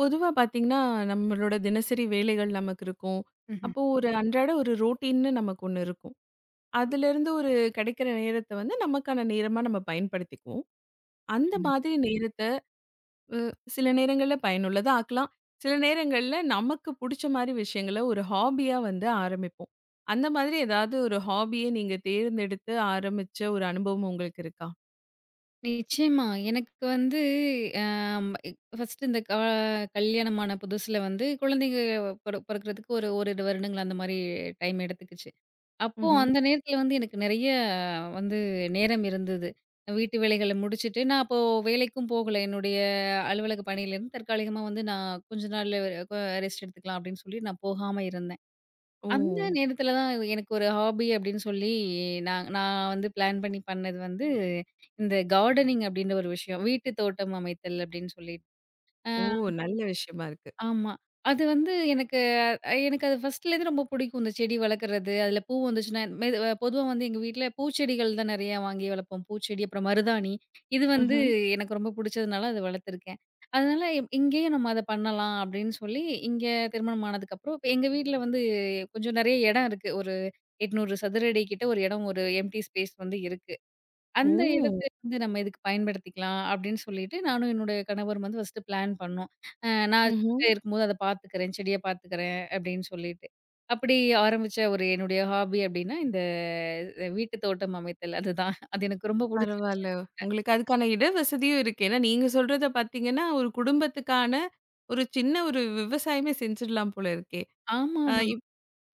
பொதுவா பார்த்தீங்கன்னா, நம்மளோட தினசரி வேலைகள் நமக்கு இருக்கும். ம்ஹ்ம். அப்போ ஒரு அன்றாட ஒரு ரொட்டீன்னு நமக்கு ஒண்ணு இருக்கும். அதுலேருந்து ஒரு கிடைக்கிற நேரத்த வந்து நமக்கான நேரமா நம்ம பயன்படுத்திக்குவோம். அந்த ம்ஹ்ம். மாதிரி நேரத்த அ சில நேரங்கள்ல பயனுள்ளதா ஆக்கலாம். சில நேரங்கள்ல நமக்கு புடிச்ச மாரி விஷயங்கள ஒரு ஹாபியா வந்து ஆரம்பிப்போம். அந்த மாதிரி ஏதாவது ஒரு ஹாபிய நீங்க தேர்ந்தெடுத்து ஆரம்பிச்ச ஒரு அனுபவம் உங்களுக்கு இருக்கா? நிச்சயமா. எனக்கு வந்து அம் ஃபர்ஸ்ட்டு இந்த கல்யாணமான புதுசுல வந்து குழந்தைங்க பொறக்கிறதுக்கு ஓரிரு வருடங்கள் அந்த மாரி டைம் எடுத்துக்கிச்சு. அப்போ ம்ஹ்ம். அந்த நேரத்துல வந்து எனக்கு நெறைய வந்து நேரம் இருந்தது. வீட்டு வேலைகள முடிச்சுட்டு நான் அப்போ வேலைக்கும் போகல. என்னுடைய அலுவலக பணியிலேருந்து தற்காலிகமா வந்து நான் கொஞ்ச நாள் அ கொ ரெஸ்ட் எடுத்துக்கலாம் அப்படின்னு சொல்லி நான் போகாம இருந்தேன். ஓ! அந்த நேரத்துல தான் எனக்கு ஒரு ஹாபி அப்படின்னு சொல்லி நான் நான் வந்து பிளான் பண்ணி பண்ணது வந்து இந்த கார்டனிங் அப்படின்ற ஒரு விஷயம். வீட்டு தோட்டம் அமைத்தல் அப்படின்னு சொல்லி. அ ஓ! நல்ல விஷயமா இருக்கு. ஆமா. அது வந்து எனக்கு அது ஃபர்ஸ்ட்லேருந்து ரொம்ப பிடிக்கும். இந்த செடி வளர்க்குறது, அதில பூ வந்துச்சுன்னா மெது பொதுவா வந்து எங்க வீட்ல பூச்செடிகள் தான் நிறையா வாங்கி வளர்ப்போம். பூச்செடி, அப்புறம் மருதாணி. இது வந்து ம்ஹ்ம். எனக்கு ரொம்ப பிடிச்சதுனால அத வளர்த்துருக்கேன். அதனால இங்கேயும் நம்ம அத பண்ணலாம் அப்படின்னு சொல்லி, இங்க திருமணம் ஆனதுக்கப்புறம் இப்ப எங்க வீட்ல வந்து கொஞ்சம் நிறைய இடம் இருக்கு. ஒரு 800 சதுர அடி கிட்ட ஒரு இடம், ஒரு எம்ப்டி ஸ்பேஸ் வந்து இருக்கு. ஓ! அந்த இடத்த வந்து நம்ம இதுக்கு பயன்படுத்திக்கலாம் அப்படின்னு சொல்லிட்டு, நானும் என்னுடைய கணவரும் வந்து ஃபர்ஸ்ட்டு பிளான் பண்ணோம். அ நான் ம்ஹ்ம். வீட்ல இருக்கும்போது அத பார்த்துக்கிறேன், செடிய பார்த்துக்கிறேன் அப்படின்னு சொல்லிட்டு. அப்படி ஆரம்பிச்ச ஒரு என்னுடைய ஹாபி அப்படின்னா, இந்த வீட்டு தோட்டம் அமைத்தல் அதுதான். அது எனக்கு ரொம்ப புடிச்ச விஷயம். பரவால்ல. உங்களுக்கு அதுக்கான இட வசதியும் இருக்கு. ஏன்னா நீங்க சொல்றத பார்த்தீங்கன்னா, ஒரு குடும்பத்துக்கான ஒரு சின்ன ஒரு விவசாயமே செஞ்சிடலாம் போல இருக்கே! அ ஆமாமா, இப்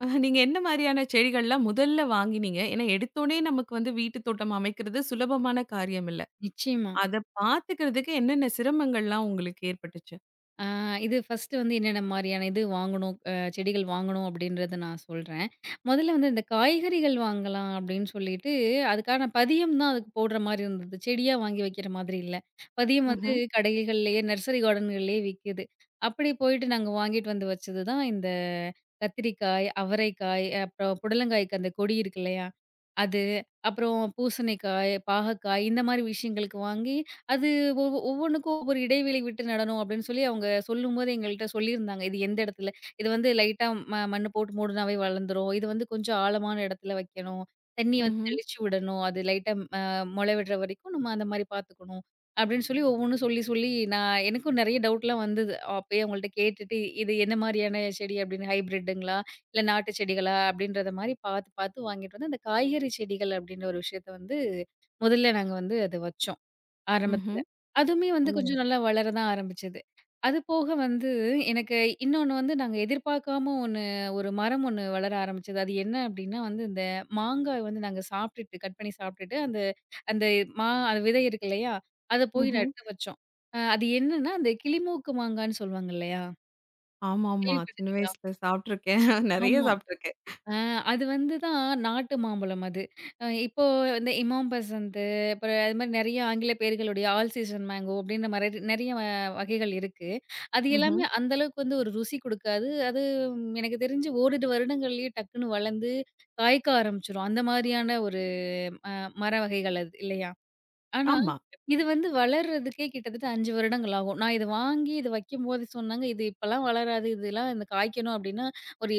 நீங்க என்ன மாரியான செடிகள்லாம் முதல்ல வாங்கினீங்க? ஏன்னா எடுத்தோனே நமக்கு வந்து வீட்டு தோட்டம் அமைக்கிறது சுலபமான காரியம் இல்ல. நிச்சயமா. அத பார்த்துக்கிறதுக்கு என்னென்ன சிரமங்கள்லாம் உங்களுக்கு ஏற்பட்டுச்சு? ஆ, இது ஃபர்ஸ்ட்டு வந்து என்னென்ன மாரியான இது வாங்கணும், செடிகள் வாங்கணும் அப்டின்றத நான் சொல்றேன். முதல்ல வந்து இந்த காய்கறிகள் வாங்கலாம் அப்டின்னு சொல்லிட்டு, அதுக்கான பதியம் தான் அதுக்கு போடுற மாரி இருந்தது. செடியா வாங்கி வைக்கிற மாதிரி இல்ல. பதியம் வந்து ம்ஹ்ம், கடைகள்லயே, நர்சரி கார்டன்கள்லயே விக்குது. அப்படி போயிட்டு நாங்க வாங்கிட்டு வந்து வச்சது தான் இந்த கத்திரிக்காய், அவரைக்காய், அப்புறம் புடலங்காய்க்கு அந்த கொடி இருக்கு இல்லையா? அது, அப்புறம் பூசணிக்காய், பாகக்காய் இந்த மாரி விஷயங்களுக்கு வாங்கி அது ஒவ்வொன்னுக்கும் ஒவ்வொரு இடைவெளி விட்டு நடணும் அப்படின்னு சொல்லி அவங்க சொல்லும்போது எங்கள்ட்ட சொல்லியிருந்தாங்க. இது எந்த இடத்துல, இது வந்து லைட்டா மண்ணு போட்டு மூடுனாவே வளர்ந்துரும். இது வந்து கொஞ்சம் ஆழமான இடத்துல வைக்கணும். தண்ணி வந்து ம்ஹ்ம், தெளிச்சு விடணும். அது லைட்டா அ மொள விடுற வரைக்கும் நம்ம அந்த மாரி பார்த்துக்கணும். அப்படின்னு சொல்லி ஒவ்வொன்னும் சொல்லி சொல்லி நான் எனக்கும் நெறைய டவுட்லாம் வந்தது. அப்பயே அவங்கள்ட்ட கேட்டுட்டு இது என்ன மாரியான செடி அப்படின்னு ஹைப்ரிட்டுங்களா? இல்ல நாட்டு செடிகளா? அப்படின்றத மாரி பார்த்து பார்த்து வாங்கிட்டு வந்து அந்த காய்கறி செடிகள் அப்படின்ற ஒரு விஷயத்த வந்து முதல்ல நாங்க வந்து அத வச்சோம். ஆரம்பத்துல. ம்ஹ்ம். அதுவுமே வந்து ஓ! கொஞ்சம் நல்லா வளர தான் ஆரம்பிச்சது. அது போக வந்து எனக்கு இன்னொன்னு வந்து நாங்க எதிர்பார்க்காம ஒண்ணு ஒரு மரம் ஒண்ணு வளர ஆரம்பிச்சது. அது என்ன அப்டின்னா வந்து இந்த மாங்காய் வந்து நாங்க சாப்ட்டுட்டு கட் பண்ணி சாப்ட்டுட்டு அந்த அந்த அந்த விதை இருக்கு இல்லையா? அத போய் ம்ஹ்ம். நட்டு வச்சோம். அது என்னன்னா அந்த கிளிமூக்கு மாங்கான்னு சொல்லுவாங்க இல்லையா? ஆமாமா. சின்ன கேள்விப்பட்டுருக்கீங்களா? வயசுல சாப்பிட்டுருக்கேன். நெறைய ஆமா. சாப்பிட்டுருக்கேன். ஆ அது வந்து தான் நாட்டு மாம்பழம் அது. இப்போ இந்த இமாம் பசந்த், அப்புறம் அது மாரி நெறைய ஆங்கில பெயர்களுடைய ஆல் சீசன் மேங்கோ அப்டின்ற மாரி நெறைய வகைகள் இருக்கு. அது ம்ஹ்ம். எல்லாமே அந்த அளவுக்கு வந்து ஒரு ருசி குடுக்காது. அது ம், எனக்கு தெரிஞ்சு ஓரிரு வருடங்கள்லயே டக்குன்னு வளர்ந்து, காய்க்க ஆரம்பிச்சுரும். அந்த மாரியான ஒரு மர வகைகள் அது இல்லையா? ஆனா, ஆமா. இது வந்து வளர்றதுக்கே கிட்டத்தட்ட 5 வருடங்கள் ஆகும். நான் இத வாங்கி இத வைக்கும்போது சொன்னாங்க, "இது இப்பலாம் வளராது. இதெல்லாம் இந்த காய்க்கணும் அப்டின்னா, ஒரு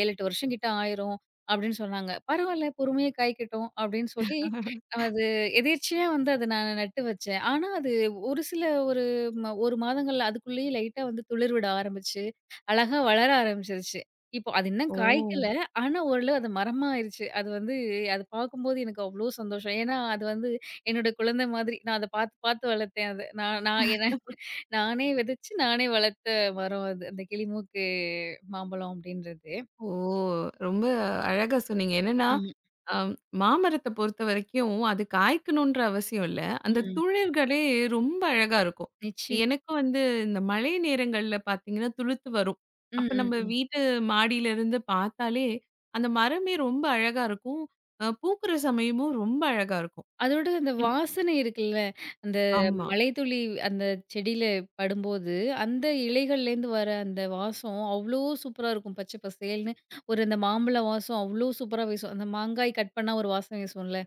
7, 8 வருஷம் கிட்ட ஆயிரும்." அப்படின்னு சொன்னாங்க. பரவால்ல பொறுமையா காய்க்கட்டும் அப்படின்னு சொல்லி, அது எதேர்ச்சையா வந்து அத நான் நட்டு வச்சேன். ஆனா, அது ஒரு சில ஒரு 1 மாதங்கள்ல அதுக்குள்ளேயே லைட்டா வந்து துளிர் விட ஆரம்பிச்சு, அழகா வளர ஆரம்பிச்சிருச்சு. இப்போ அது இன்னும் ஓ! காய்க்கல. ஆனா, ஓரளவு அது மரமா ஆயிருச்சு. அது வந்து அது பார்க்கும்போது எனக்கு அவ்ளோ சந்தோஷம். ஏன்னா, அது வந்து என்னோட குழந்தை மாதிரி. நான் அத பார்த்து, பார்த்து வளர்த்தேன் அத. நான் நான் என்ன நானே விதைச்சு, நானே வளர்த்த மரம் அது. அந்த கிளிமூக்கு மாம்பழம் அப்படின்றது. ஓ! ரொம்ப அழகா சொன்னீங்க. என்னன்னா, ஆமா. அம் மாமரத்த பொறுத்தவரைக்கும் அது காய்க்கணுன்ற அவசியம் இல்ல. அந்த ம். துளிர்களே ரொம்ப அழகா இருக்கும். நிச்சயமா. எனக்கும் வந்து இந்த மழை நேரங்கள்ல பார்த்தீங்கன்னா, துளுர்த்து வரும். ம், அப்ப ம், நம்ம ம். வீட்டு மாடியிலருந்து பார்த்தாலே, அந்த மரமே ரொம்ப அழகா இருக்கும். பூக்குற சமயமும் ரொம்ப அழகா இருக்கும். அதோட அந்த இப் வாசனை இருக்குல்ல, அந்த ஆமா. மழைத்துளி அந்த செடியில படும்போது, அந்த இலைகள்லேருந்து வர அந்த வாசம் அவ்ளோ சூப்பரா இருக்கும். பச்சை பசேல்னு ஒரு அந்த மாம்பழ வாசம் அவ்ளோ சூப்பரா வீசும். அந்த மாங்காய் கட் பண்ணா ஒரு வாசம் வீசும்ல.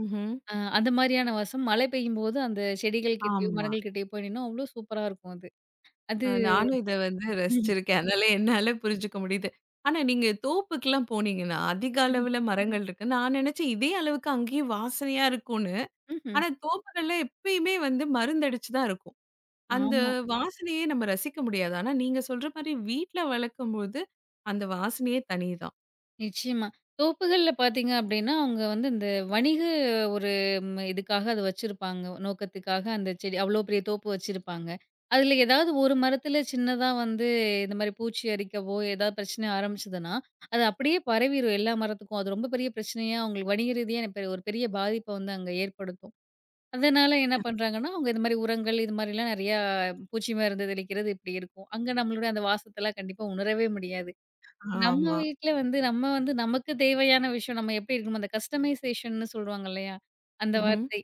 ம்ஹ்ம். அந்த மாரியான வாசம் மழை பெய்யும்போது அந்த செடிகள் கிட்டயோ, ஆமா. மரங்கள் கிட்டயோ போய் நின்னா, அவ்ளோ சூப்பரா இருக்கும் அது. அது நானும் இத வந்து ம்ஹ்ம். ரசிச்சிருக்கேன். அதனால என்னால புரிஞ்சுக்க முடியுது. ஆனா நீங்க தோப்புக்குலாம் போனீங்கன்னா, அதிக ம்ஹ்ம், அளவுல மரங்கள் இருக்கு. நான் நெனச்சேன் இதே அளவுக்கு அங்கேயும் வாசனையா இருக்கும்னு. ம்ஹ்ம். ஆனா தோப்புகள்ல எப்பயுமே வந்து மருந்தடிச்சு தான் இருக்கும். அந்த ஆமா. வாசனையே நம்ம ரசிக்க முடியாது. ஆனா நீங்க சொல்ற மாரி வீட்ல வளர்க்கும்போது, அந்த வாசனையே தனிதான். நிச்சயமா. தோப்புகள்ல பார்த்தீங்க அப்டின்னா, அவங்க வந்து இந்த வணிக ஒரு இதுக்காக அத வச்சிருப்பாங்க. நோக்கத்துக்காக அந்த செடி அவ்ளோ பெரிய தோப்பு வச்சிருப்பாங்க. அதுல ஏதாவது ஒரு மரத்துல சின்னதா வந்து இந்த மாரி பூச்சி அரிக்கவோ, ஏதாவது பிரச்சனை ஆரம்பிச்சதுன்னா, அது அப்படியே பரவிரும் எல்லா மரத்துக்கும். அது ரொம்ப பெரிய பிரச்சனையா அவங்களுக்கு வணிக ரீதியா ஒரு பெரிய பாதிப்ப வந்து அங்க ஏற்படுத்தும். அதனால என்ன பண்றாங்கன்னா, அவங்க இது மாரி உரங்கள், இது மாரிலாம் நெறையா பூச்சி மருந்து தெளிக்கிறது இப்டி இருக்கும். அங்க நம்மளுடைய அந்த வாசத்தலாம் கண்டிப்பா உணரவே முடியாது. நம்ம ஆமா. வீட்ல வந்து நம்ம வந்து நமக்கு தேவையான விஷயம் நம்ம எப்டி இருக்கணுமோ அந்த கஸ்டமைசேஷன்னு சொல்லுவாங்க இல்லையா? அந்த ம்ஹ்ம். வார்த்தை.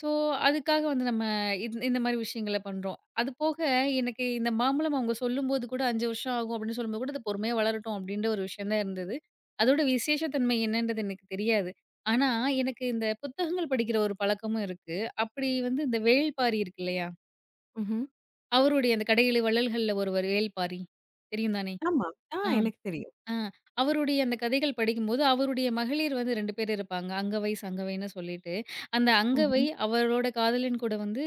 ஸோ, அதுக்காக வந்து நம்ம இந்த மாரி விஷயங்கள பண்றோம். அதுபோக எனக்கு இந்த மாம்பழம் அவங்க சொல்லும்போது கூட 5 வருஷம் ஆகும் அப்படின்னு சொல்லும்போது கூட, அது பொறுமையா வளரட்டும் அப்படின்ற ஒரு விஷயம் தான் இருந்தது. அதோட விசேஷத்தன்மை என்னன்றது எனக்கு தெரியாது. ஆனா, எனக்கு இந்த புத்தகங்கள் படிக்கிற ஒரு பழக்கமும் இருக்கு. அப்படி வந்து இந்த வேள்பாரி இருக்கு இல்லையா? ம்ஹ்ம். அவருடைய அந்த கடையில வள்ளல்கள்ல ஒருவர் வேள்பாரி. தெரியும் தானே? ஆமா. ஆ ஆ. எனக்கு தெரியும். ஆ. அவருடைய அந்த கதைகள் படிக்கும்போது, அவருடைய மகளிர் வந்து 2 பேர் இருப்பாங்க. அங்கவை, சங்கவைன்னு சொல்லிட்டு. அந்த அங்கவை ம்ஹ்ம். அவரோட காதலன் கூட வந்து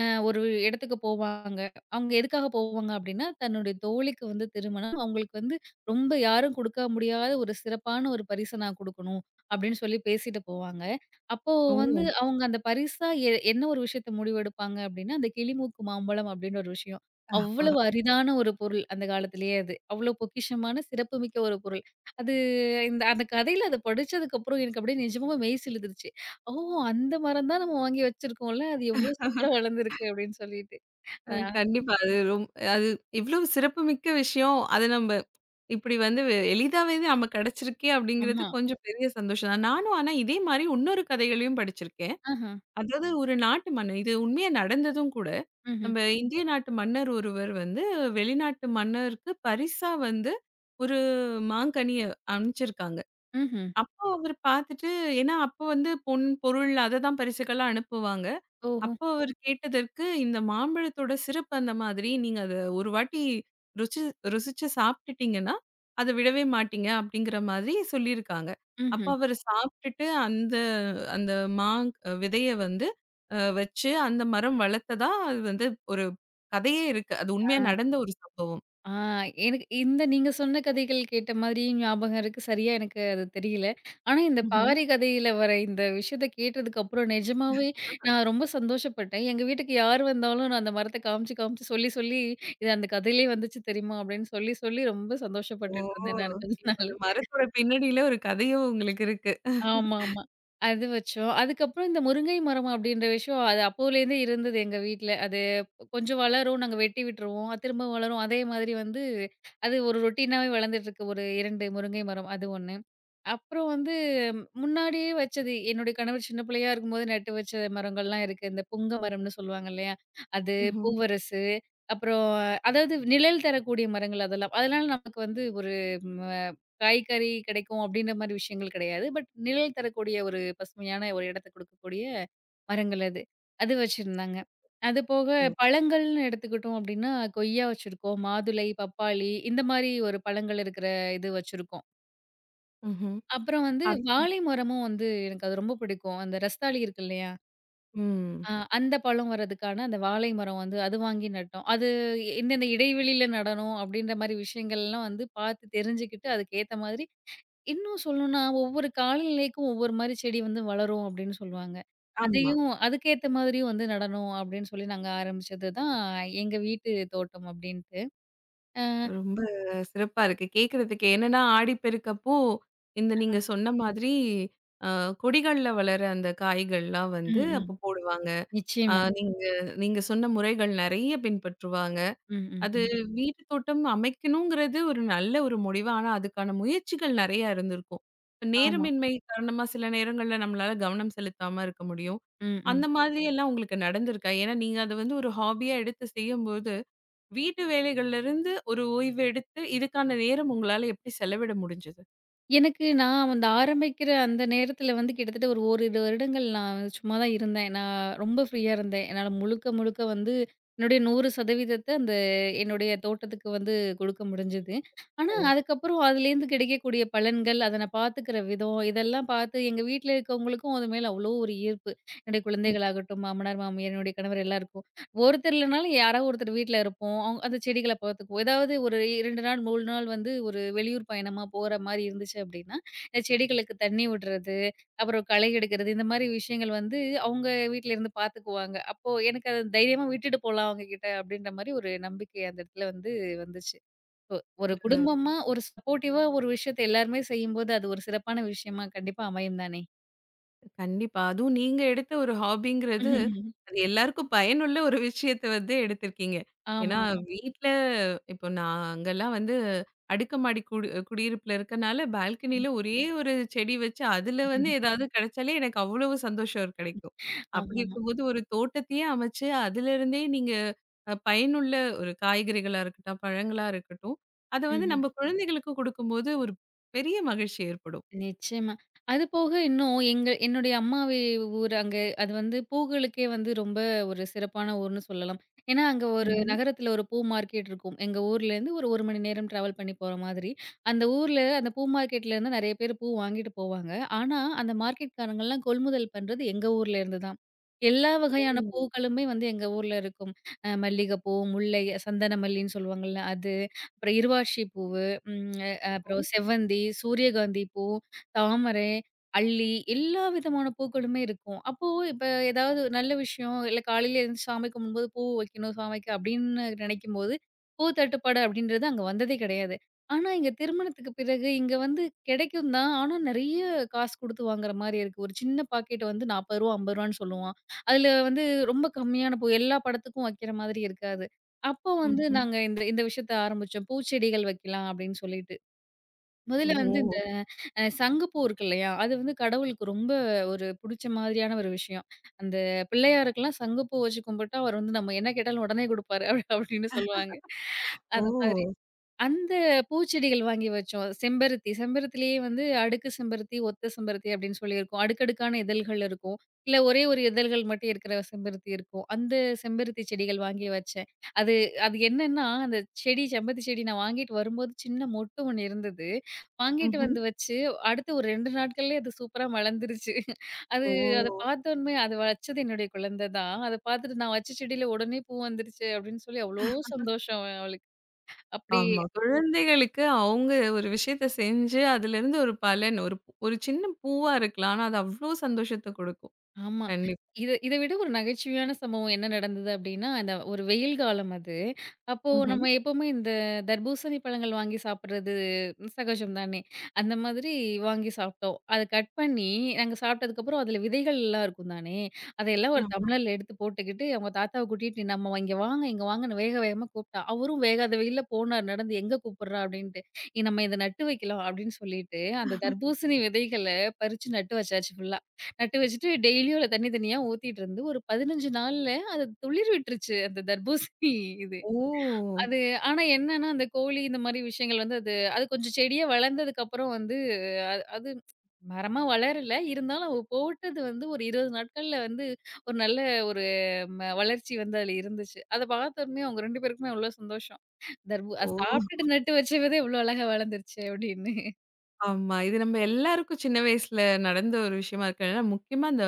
அ ஒரு இடத்துக்கு போவாங்க. அவங்க எதுக்காக போவாங்க அப்டின்னா, தன்னுடைய தோழிக்கு வந்து திருமணம். அவங்களுக்கு வந்து ரொம்ப யாரும் குடுக்க முடியாத ஒரு சிறப்பான ஒரு பரிச நான் குடுக்கணும் அப்டின்னு சொல்லி பேசிட்டு போவாங்க. அப்போ ஓ! வந்து அவங்க அந்த பரிசா என்ன ஒரு விஷயத்த முடிவெடுப்பாங்க அப்டின்னா, அந்த கிளிமூக்கு மாம்பழம் அப்டின்னு ஒரு விஷயம். அவ்வளவு அரிதான ஒரு பொருள் அந்த காலத்திலேயே அது. அவ்வளோ பொக்கிஷமான சிறப்புமிக்க ஒரு பொருள். அது அந்த கதையில அத படிச்சதுக்கப்புறம் எனக்கு அப்படியே நிஜமாவே மெய் சிலுத்துருச்சு. ஓ! அந்த மரம் தான் நம்ம வாங்கி வச்சிருக்கோம்ல. அது எவ்வளோ சூப்பரா வளர்ந்திருக்கு அப்படின்னு சொல்லிட்டு. அ கண்டிப்பா. அது எவ்ளோ சிறப்புமிக்க விஷயம். அத நம்ப இப்படி வந்து எளிதாவே நமக்கு கிடைச்சிருக்கே அப்படிங்கிறது ஆமா. கொஞ்சம் பெரிய சந்தோஷம் தான். நானும் ஆனா இதே மாரி இன்னொரு கதைகளையும் படிச்சிருக்கேன். ஆஹ. அதாவது ஒரு நாட்டு மன்னன் இது உண்மையா நடந்ததும் கூட. ம்ஹ்ம். நம்ம இந்திய நாட்டு மன்னர் ஒருவர் வந்து வெளிநாட்டு மன்னருக்கு பரிசா வந்து ஒரு மாங்கனிய அனுப்பிச்சிருக்காங்க. ம்ஹ்ம். ம்ஹ்ம். அப்போ அவர் பார்த்துட்டு ஏன்னா அப்போ வந்து பொன் பொருள் அததான் பரிசுகளா அனுப்புவாங்க. ஓஹோ! அப்போ அவரு கேட்டதற்கு, இந்த மாம்பழத்தோட சிறப்பு அந்த மாதிரி, நீங்க அத ஒரு வாட்டி ருசி ருசிச்சு சாப்பிட்டுட்டீங்கன்னா, அத விடவே மாட்டீங்க அப்படிங்கிற மாதிரி சொல்லியிருக்காங்க. அப்ப ம்ஹ்ம். அவரு சாப்பிட்டுட்டு அந்த அந்த மா விதைய வந்து வச்சு அந்த மரம் வளர்த்ததா அது வந்து ஒரு கதையே இருக்கு. அது ஆ. உண்மையா நடந்த ஒரு சம்பவம். ஆ எனக்கு இந்த நீங்க சொன்ன கதைகள் கேட்ட மாதிரியும் ஞாபகம் இருக்கு. சரியா எனக்கு அது தெரியல. ஆனா, இந்த ம்ஹ்ம். பாரி கதையில வர இந்த விஷயத்த கேட்டதுக்கு அப்புறம் நிஜமாவே நான் ரொம்ப சந்தோஷப்பட்டேன். எங்க வீட்டுக்கு யார் வந்தாலும் நான் அந்த மரத்த காமிச்சு, காமிச்சு சொல்லி, சொல்லி "இது அந்த கதையிலே வந்துச்சு தெரியுமா?" அப்படின்னு சொல்லி, சொல்லி ரொம்ப ஓ! சந்தோஷப்பட்டுட்டு இருந்தேன் நான் கொஞ்ச இப்ப நாள். அந்த மரத்தோட பின்னணியில ஒரு கதையும் உங்களுக்கு இருக்கு. ஆமாமா. அது வச்சோம். அதுக்கப்புறம் இந்த முருங்கை மரம் அப்படின்ற விஷயம் அது அப்போலேருந்தே இருந்தது எங்க வீட்ல. அது கொஞ்சம் வளரும், நாங்க வெட்டி விட்டுருவோம். அது திரும்ப வளரும். அதே மாதிரி வந்து அது ஒரு ரொட்டீனாவே வளர்ந்துட்டுருக்கு. ஒரு 2 முருங்கை மரம் அது 1. அப்புறம் வந்து ம், முன்னாடியே வச்சது, என்னுடைய கணவர் சின்ன பிள்ளையா இருக்கும்போது நட்டு வச்ச மரங்கள்லாம் இருக்கு. இந்த புங்க மரம்னு சொல்லுவாங்க இல்லையா? அது, ம்ஹ்ம். பூவரசு, அப்புறம் அதாவது நிழல் தரக்கூடிய மரங்கள் அதெல்லாம். அதனால நமக்கு வந்து ஒரு ம காய்கறி கிடைக்கும் அப்படின்ற மாரி விஷயங்கள் கிடையாது. பட் நிழல் தரக்கூடிய ஒரு பசுமையான ஒரு இடத்த குடுக்கக்கூடிய மரங்கள் அது. அது வச்சிருந்தாங்க. அது போக ஓ! பழங்கள்னு எடுத்துக்கிட்டோம் அப்படின்னா, கொய்யா வச்சிருக்கோம், மாதுளை, பப்பாளி இந்த மாரி ஒரு பழங்கள் இருக்கிற இது வச்சிருக்கோம். ம்ஹ்ம். அப்புறம் வந்து அது வாழை மரமும் வந்து எனக்கு அது ரொம்ப பிடிக்கும். அந்த ரஸ்தாளி இருக்கு இல்லையா? ம். அ அந்த பழம் வரதுக்கான அந்த வாழை மரம் வந்து அது வாங்கி நட்டோம். அது எந்தெந்த இடைவெளியில நடணும் அப்டின்ற மாரி விஷயங்கள்லாம் வந்து பார்த்து தெரிஞ்சுக்கிட்டு, அதுக்கு ஏத்த மாதிரி இன்னும் சொல்லணும்னா, ஒவ்வொரு காலநிலைக்கும் ஒவ்வொரு மாரி செடி வந்து வளரும் அப்டின்னு சொல்லுவாங்க. ஆமா. அதையும் அதுக்கேத்த மாதிரியும் வந்து நடணும் அப்டின்னு சொல்லி நாங்க ஆரம்பிச்சது தான் எங்க வீட்டு தோட்டம் அப்டின்ட்டு. அ ரொம்ப சிறப்பா இருக்கு. கேட்கறதுக்கு என்னன்னா, ஆடிப்பெருக்கப்போ, இந்த நீங்க சொன்ன மாதிரி அ கொடிகள்ல வளர அந்த காய்கள்லாம் வந்து ம், ம். அப்ப போடுவாங்க. நிச்சயமா. நீங்க நீங்க சொன்ன முறைகள் நெறைய பின்பற்றுவாங்க. ம், ம், அது ம். வீட்டு தோட்டம் அமைக்கணுங்கிறது ஒரு நல்ல ஒரு முடிவு. ஆனா, அதுக்கான முயற்சிகள் நெறையா இருந்திருக்கும். இப்ப ஆமா. நேரமின்மை காரணமா சில நேரங்கள்ல நம்மளால கவனம் செலுத்தாம இருக்க முடியும். ம், அந்த ம். மாதிரி எல்லாம் உங்களுக்கு நடந்திருக்கா? ஏன்னா, நீங்க அத வந்து ஒரு ஹாபியா எடுத்து செய்யும்போது வீட்டு வேலைகள்ல இருந்து ஒரு ஓய்வு எடுத்து, இதுக்கான நேரம் உங்களால எப்படி செலவிட முடிஞ்சது? எனக்கு நான் அந்த ஆரம்பிக்கிற அந்த நேரத்துல வந்து கிட்டத்தட்ட ஒரு ஓரிரு வருடங்கள் நான் வந்து சும்மா தான் இருந்தேன். நான் ரொம்ப ஃப்ரீயா இருந்தேன். என்னால முழுக்க, முழுக்க வந்து என்னுடைய 100% அந்த என்னுடைய தோட்டத்துக்கு வந்து கொடுக்க முடிஞ்சது. ஆனா, ஓ! அதுக்கப்புறம் அதுலேருந்து கிடைக்கக்கூடிய பலன்கள், அத நான் பார்த்துக்கிற விதம், இதெல்லாம் பார்த்து எங்க வீட்ல இருக்கவங்களுக்கும் அது மேல அவ்வளோ ஒரு ஈர்ப்பு. என்னுடைய குழந்தைகளாகட்டும், மாமனார், மாமியார், என்னுடைய கணவர் எல்லாருக்கும். ஒருத்தர் இல்லனாலும் யாரோ ஒருத்தர் வீட்ல இருப்போம். அந்த செடிகள பார்த்துக்குவோம். ஏதாவது ஒரு 2 நாள், 3 நாள் வந்து ஒரு வெளியூர் பயணமா போற மாரி இருந்துச்சு அப்டின்னா, இந்த செடிகளுக்கு தண்ணி விடுறது, அப்புறம் களை எடுக்கிறது இந்த மாரி விஷயங்கள் வந்து அவுங்க வீட்ல இருந்து பார்த்துக்குவாங்க. அப்போ எனக்கு அது தைரியமா விட்டுட்டு போலாம் அவங்ககிட்ட அப்டின்ற மாரி ஒரு நம்பிக்கை அந்த இடத்துல வந்து வந்துச்சு. ஒரு குடும்பமா, ஒரு சப்போர்ட்டிவா ஒரு விஷயத்த எல்லாருமே செய்யும்போது அது ஒரு சிறப்பான விஷயமா கண்டிப்பா அமையும் தானே! கண்டிப்பா. அதுவும் நீங்க எடுத்த ஒரு ஹாபிங்கிறது, அது எல்லாருக்கும் பயனுள்ள ஒரு விஷயத்த வந்து எடுத்திருக்கீங்க. ஏன்னா ஆமாமா. வீட்ல இப்போ நாங்கலாம் வந்து அடுக்குமாடி குடியிருப்புல இருக்கனால, பால்கனில ஒரே ஒரு செடி வச்சு, அதுல வந்து ஏதாவது கிடைச்சாலே எனக்கு அவ்வளவு சந்தோஷம் கிடைக்கும். அப்படி ஆமாமா. ம்ஹ்ம். இருக்கும்போது ஒரு தோட்டத்தையே அமைச்சு, அதிலிருந்தே நீங்க பயனுள்ள ஒரு காய்கறிகளா இருக்கட்டும், பழங்களா இருக்கட்டும், அத வந்து நம்ம குழந்தைகளுக்கு குடுக்கும்போது ஒரு பெரிய மகிழ்ச்சி ஏற்படும். நிச்சயமா. அது போக இன்னும் எங்க என்னுடைய அம்மாவி ஊர் அங்க அது வந்து பூக்களுக்கே வந்து ரொம்ப ஒரு சிறப்பான ஊர்ன்னு சொல்லலாம். ஏன்னா, அங்க ஒரு ம். ம்ஹ்ம். நகரத்துல ஒரு பூ மார்க்கெட் இருக்கும். எங்க ஊர்லேருந்து ஒரு 1 மணி நேரம் டிராவல் பண்ணி போற மாதிரி. அந்த ஊர்ல அந்த பூ மார்க்கெட்லேருந்து நெறைய பேர் பூ வாங்கிட்டு போவாங்க. ஆனா, அந்த மார்க்கெட்காரங்கலாம் கொள்முதல் பண்றது எங்க ஊர்லேருந்து தான். எல்லா வகையான பூக்களுமே வந்து எங்க ஊர்ல இருக்கும். மல்லிகைப்பூ, முல்லை, சந்தன மல்லின்னு சொல்லுவாங்கல்ல அது, அப்புறம் இருவாட்சி பூவு, ம் அ அப்புறம் செவ்வந்தி, சூரியகாந்தி பூ தாமரை, அல்லி எல்லா விதமான பூக்களுமே இருக்கும். அப்போ இப்ப ஏதாவது ஒரு நல்ல விஷயம், இல்ல காலையில எழுந்து சாமி கும்பிடும்போது பூ வைக்கணும் சாமிக்கு அப்படின்னு நினைக்கும்போது, பூ தட்டுப்பாடு அப்படின்றது அங்க வந்ததே கிடையாது. ஆனா, இங்க திருமணத்துக்கு பிறகு இங்க வந்து கிடைக்கும் தான். ஆனா, நெறைய காசு குடுத்து வாங்குற மாரி இருக்கு. ஒரு சின்ன பாக்கெட் வந்து ரூ. 40, ரூ. 50ன்னு சொல்லுவான். அதுல வந்து ரொம்ப கம்மியான பூ எல்லா படத்துக்கும் வைக்கிற மாதிரி இருக்காது. அப்போ வந்து ம்ஹ்ம். நாங்க இந்த இந்த விஷயத்த ஆரம்பிச்சோம். பூச்செடிகள் வைக்கலாம் அப்படின்னு சொல்லிட்டு. முதல்ல வந்து இந்த ஓ! சங்குப்பூ இருக்கு இல்லையா? அது வந்து கடவுளுக்கு ரொம்ப ஒரு புடிச்ச மாதிரியான ஒரு விஷயம். அந்த பிள்ளையாருக்கெல்லாம் சங்குப்பூ வச்சு கும்பிட்டா, அவர் வந்து நம்ம என்ன கேட்டாலும் உடனே குடுப்பாரு. அப்படின்னு சொல்லுவாங்க. அது மாதிரி. ஓ! அந்த பூச்செடிகள் வாங்கி வச்சோம். செம்பருத்தி, செம்பருத்திலேயே வந்து அடுக்கு செம்பருத்தி, ஒத்த செம்பருத்தி அப்படின்னு சொல்லி இருக்கும். அடுக்கடுக்கான இதழ்கள் இருக்கும். இல்ல ஒரே ஒரு இதழ்கள் மட்டும் இருக்கிற செம்பருத்தி இருக்கும். அந்த செம்பருத்தி செடிகள் வாங்கி வச்சேன். அது அது என்னன்னா, அந்த செடி செம்பருத்தி செடி நான் வாங்கிட்டு வரும்போது சின்ன மொட்டு ஒண்ணு இருந்தது. வாங்கிட்டு ம். ம்ஹ்ம். வந்து வச்சு, அடுத்து ஒரு 2 நாட்கள்லயே அது சூப்பரா வளர்ந்துருச்சு. அது ஓ! ம். அத பார்த்தோனமே அது வச்சது என்னுடைய குழந்தை தான். அத பார்த்துட்டு நான் வச்ச செடியில உடனே பூ வந்துருச்சு அப்படின்னு சொல்லி அவ்ளோ சந்தோஷம் அவளுக்கு. அப்படி ஆமா. குழந்தைகளுக்கு அவங்க ஒரு விஷயத்த செஞ்சு, அதுலேருந்து ஒரு பலன் ஒரு ஒரு சின்ன பூவா இருக்கலாம். ஆனா, அது அவ்ளோ சந்தோஷத்த குடுக்கும். ஆமா. கண்டிப்பா. இத இத விட ஒரு நகைச்சுவையான சம்பவம் என்ன நடந்தது அப்டின்னா, அந்த ஒரு வெயில் காலம் அது. அப்போ நம்ம ம்ஹ்ம். எப்பவுமே இந்த தர்பூசணி பழங்கள் வாங்கி சாப்பிடுறது சகஜம் தானே! அந்த மாதிரி வாங்கி சாப்பிட்டோம். அத கட் பண்ணி நாங்க சாப்பிட்டதுக்கப்புறம் அதில விதைகள் எல்லாம் இருக்கும் தானே! அதையெல்லாம் ஒரு ஆமா. டம்ளர்ல எடுத்து போட்டுக்கிட்டு, அவங்க தாத்தாவ கூட்டிட்டு நம்ம "இங்க வாங்க, இங்க வாங்கன்னு" வேக வேகமா கூப்பிட்டா. அவரும் வேகாத வெயில்ல போனாரு நடந்து. "எங்க கூப்பிடுறா?" அப்டின்ட்டு. "நம்ம இத நட்டு வைக்கலாம்" அப்டின்னு சொல்லிட்டு, அந்த தர்பூசணி விதைகள பறிச்சு நட்டு வச்சாச்சு ஃபுல்லா. நட்டு வச்சுட்டு டெய்லியும் அத தண்ணி தண்ணியா ஊத்திட்டு இருந்து, ஒரு 15 நாள்ல அது துளிர் விட்டுருச்சு. அந்த தர்பூசணி இது. ஓ! அது ஆனா என்னன்னா, அந்த கோழி இந்த மாரி விஷயங்கள் வந்து அது அது கொஞ்சம் செடியா வளர்ந்ததுக்கப்புறம் வந்து அது அது மரமா வளரல. இருந்தாலும் அவ போட்டது வந்து ஒரு 20 நாட்கள்ல வந்து ஒரு நல்ல ஒரு வளர்ச்சி வந்து அதுல இருந்துச்சு. அத பார்த்தோனே அவங்க 2 பேருக்குமே அவ்ளோ சந்தோஷம். அது ஓ! சாப்பிட்டுட்டு நட்டு வச்ச வித இவ்ளோ அழகா வளர்ந்துருச்சே! அப்படின்னு. ஆமா. இது நம்ம எல்லாருக்கும் சின்ன வயசுல நடந்த ஒரு விஷயமா இருக்கிறதுனால, முக்கியமா அந்த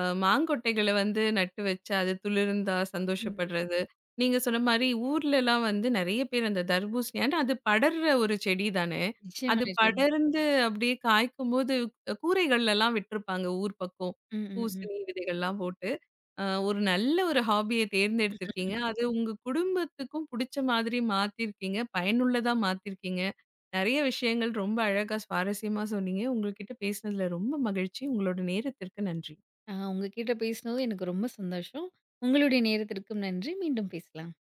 மாங்கொட்டைகள வந்து நட்டு வச்சு, அது துளிர்ந்தா ம். ம். சந்தோஷப்படுறது. நீங்க சொன்ன மாரி ஊர்லலாம் வந்து நெறைய பேர் அந்த தர்பூசணி ஏன்னா அது படர்ற ஒரு செடி தானே. நிச்சயமா, அது நிச்சயமா. படர்ந்து அப்படியே காய்க்கும்போது கூரைகள்லலாம் விட்டுருப்பாங்க ஊர் பக்கம். ம், ம், ம். பூசணி விதைகள்லாம் போட்டு. ஒரு நல்ல ஒரு ஹாபிய தேர்ந்தெடுத்திருக்கீங்க. அது உங்க குடும்பத்துக்கும் புடிச்ச மாதிரி மாத்திருக்கீங்க. பயனுள்ளதா மாத்திருக்கீங்க. நெறைய விஷயங்கள் ரொம்ப அழகா சுவாரஸ்யமா சொன்னீங்க. உங்ககிட்ட பேசினதுல ரொம்ப மகிழ்ச்சி. உங்களோட நேரத்திற்கு நன்றி. ஆ உங்ககிட்ட பேசினதும் எனக்கு ரொம்ப சந்தோஷம். உங்களுடைய நேரத்திற்கும் நன்றி. மீண்டும் பேசலாம்.